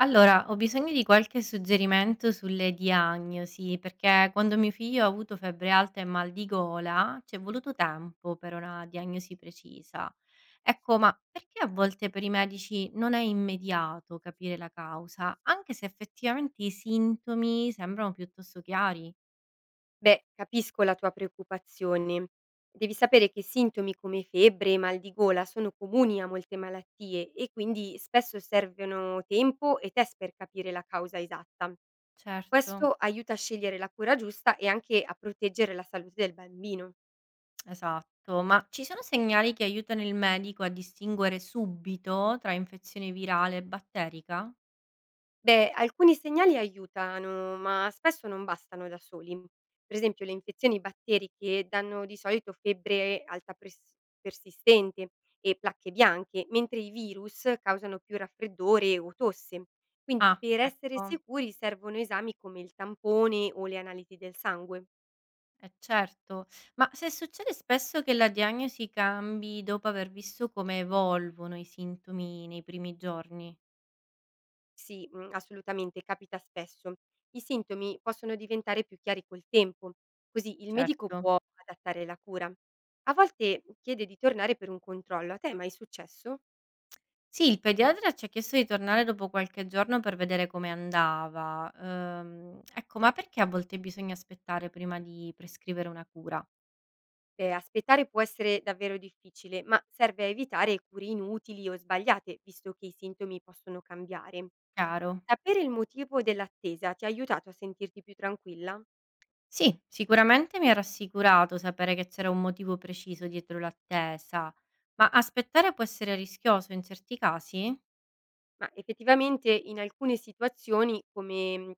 Allora, ho bisogno di qualche suggerimento sulle diagnosi, perché quando mio figlio ha avuto febbre alta e mal di gola, ci è voluto tempo per una diagnosi precisa. Ecco, ma perché a volte per i medici non è immediato capire la causa, anche se effettivamente i sintomi sembrano piuttosto chiari? Beh, capisco la tua preoccupazione. Devi sapere che sintomi come febbre e mal di gola sono comuni a molte malattie e quindi spesso servono tempo e test per capire la causa esatta. Certo. Questo aiuta a scegliere la cura giusta e anche a proteggere la salute del bambino. Esatto, ma ci sono segnali che aiutano il medico a distinguere subito tra infezione virale e batterica? Beh, alcuni segnali aiutano, ma spesso non bastano da soli. Per esempio, le infezioni batteriche danno di solito febbre alta persistente e placche bianche, mentre i virus causano più raffreddore o tosse. Quindi, Ah, per essere ecco. sicuri servono esami come il tampone o le analisi del sangue. Eh certo, ma se succede spesso che la diagnosi cambi dopo aver visto come evolvono i sintomi nei primi giorni, Sì, mhmm, assolutamente, capita spesso. I sintomi possono diventare più chiari col tempo, così il medico certo. può adattare la cura. A volte chiede di tornare per un controllo. A te è mai successo? Sì, il pediatra ci ha chiesto di tornare dopo qualche giorno per vedere come andava. Ecco, ma perché a volte bisogna aspettare prima di prescrivere una cura? Beh, aspettare può essere davvero difficile, ma serve a evitare cure inutili o sbagliate, visto che i sintomi possono cambiare. Chiaro. Sapere il motivo dell'attesa ti ha aiutato a sentirti più tranquilla? Sì, sicuramente mi ha rassicurato sapere che c'era un motivo preciso dietro l'attesa, ma aspettare può essere rischioso in certi casi? Ma effettivamente in alcune situazioni, come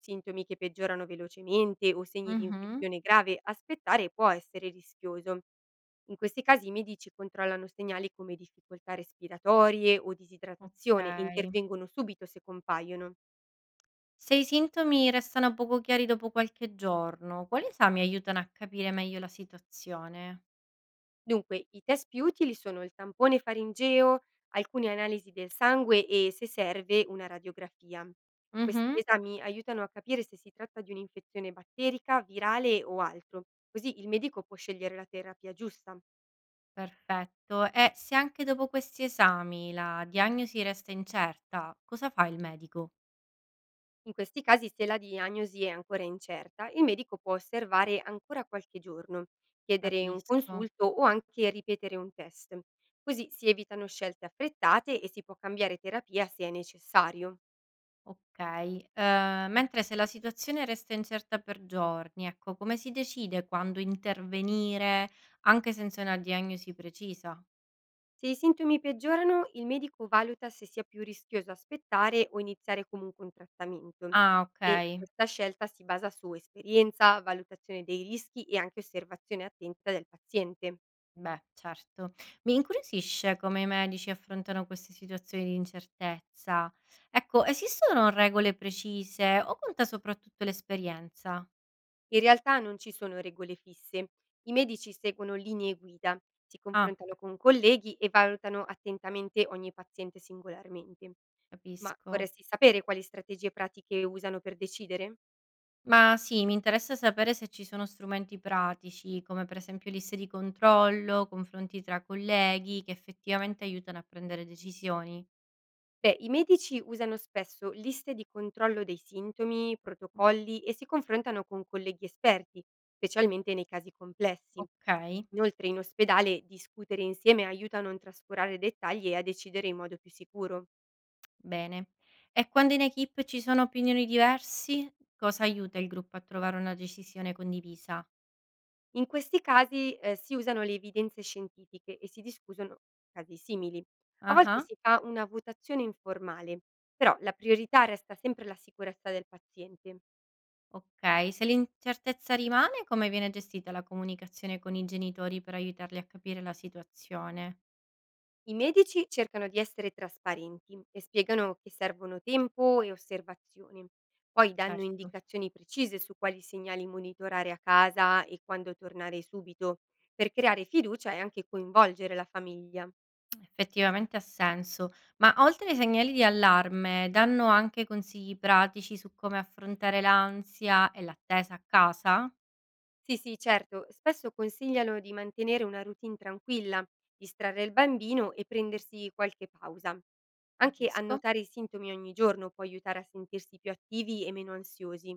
sintomi che peggiorano velocemente o segni di Mhm, infezione grave, aspettare può essere rischioso. In questi casi i medici controllano segnali come difficoltà respiratorie o disidratazione e ok. intervengono subito se compaiono. Se i sintomi restano poco chiari dopo qualche giorno, quali esami aiutano a capire meglio la situazione? Dunque, i test più utili sono il tampone faringeo, alcune analisi del sangue e, se serve, una radiografia. Questi Mh-mh, esami aiutano a capire se si tratta di un'infezione batterica, virale o altro, così il medico può scegliere la terapia giusta. perfetto. E se anche dopo questi esami la diagnosi resta incerta, cosa fa il medico? In questi casi, se la diagnosi è ancora incerta, il medico può osservare ancora qualche giorno, chiedere un Capisco. consulto o anche ripetere un test. Così si evitano scelte affrettate e si può cambiare terapia se è necessario. Ok. Mentre se la situazione resta incerta per giorni, ecco, come si decide quando intervenire anche senza una diagnosi precisa? Se i sintomi peggiorano, il medico valuta se sia più rischioso aspettare o iniziare comunque un trattamento, Ah, e ok. questa scelta si basa su esperienza, valutazione dei rischi e anche osservazione attenta del paziente. Beh, certo. Mi incuriosisce come i medici affrontano queste situazioni di incertezza. Ecco, esistono regole precise o conta soprattutto l'esperienza? In realtà non ci sono regole fisse, i medici seguono linee guida, si Ah, confrontano con colleghi e valutano attentamente ogni paziente singolarmente. Ma capisco. vorresti sapere quali strategie pratiche usano per decidere? Ma sì, mi interessa sapere se ci sono strumenti pratici, come per esempio liste di controllo, confronti tra colleghi, che effettivamente aiutano a prendere decisioni. Beh, i medici usano spesso liste di controllo dei sintomi, protocolli e si confrontano con colleghi esperti, specialmente nei casi complessi. Ok, Inoltre in ospedale discutere insieme aiuta a non trascurare dettagli e a decidere in modo più sicuro. bene. E quando in equip ci sono opinioni diverse, cosa aiuta il gruppo a trovare una decisione condivisa? In questi casi si usano le evidenze scientifiche e si discutono casi simili. A volte Ah-ah, si fa una votazione informale, però la priorità resta sempre la sicurezza del paziente. okay. Se l'incertezza rimane, come viene gestita la comunicazione con i genitori per aiutarli a capire la situazione? I medici cercano di essere trasparenti e spiegano che servono tempo e osservazioni. Poi danno Certo, indicazioni precise su quali segnali monitorare a casa e quando tornare subito, per creare fiducia e anche coinvolgere la famiglia. effettivamente ha senso. Ma oltre ai segnali di allarme, danno anche consigli pratici su come affrontare l'ansia e l'attesa a casa? Sì, sì, certo, spesso consigliano di mantenere una routine tranquilla, distrarre il bambino e prendersi qualche pausa. Anche Capisco. annotare i sintomi ogni giorno può aiutare a sentirsi più attivi e meno ansiosi.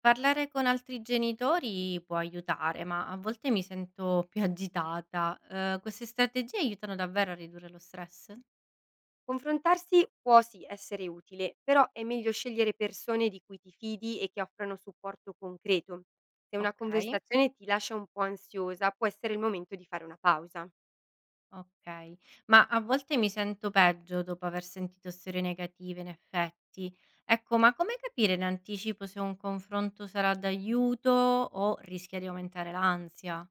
Parlare con altri genitori può aiutare, ma a volte mi sento più agitata. Queste strategie aiutano davvero a ridurre lo stress? Confrontarsi può sì essere utile, però è meglio scegliere persone di cui ti fidi e che offrano supporto concreto. Se una Okay. conversazione ti lascia un po' ansiosa, può essere il momento di fare una pausa. Okay. Ma a volte mi sento peggio dopo aver sentito storie negative, in effetti. Ecco, ma come capire in anticipo se un confronto sarà d'aiuto o rischia di aumentare l'ansia?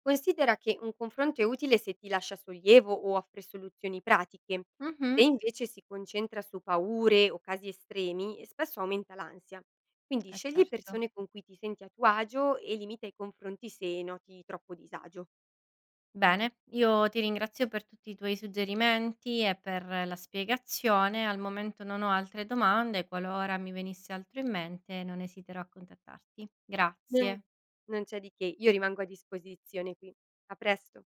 Considera che un confronto è utile se ti lascia sollievo o offre soluzioni pratiche. Se Mh-mh, invece si concentra su paure o casi estremi, spesso aumenta l'ansia. Quindi eh scegli certo. persone con cui ti senti a tuo agio e limita i confronti se noti troppo disagio. Bene, io ti ringrazio per tutti i tuoi suggerimenti e per la spiegazione. Al momento non ho altre domande, qualora mi venisse altro in mente non esiterò a contattarti. Non Grazie. non c'è di che, io rimango a disposizione qui. A presto.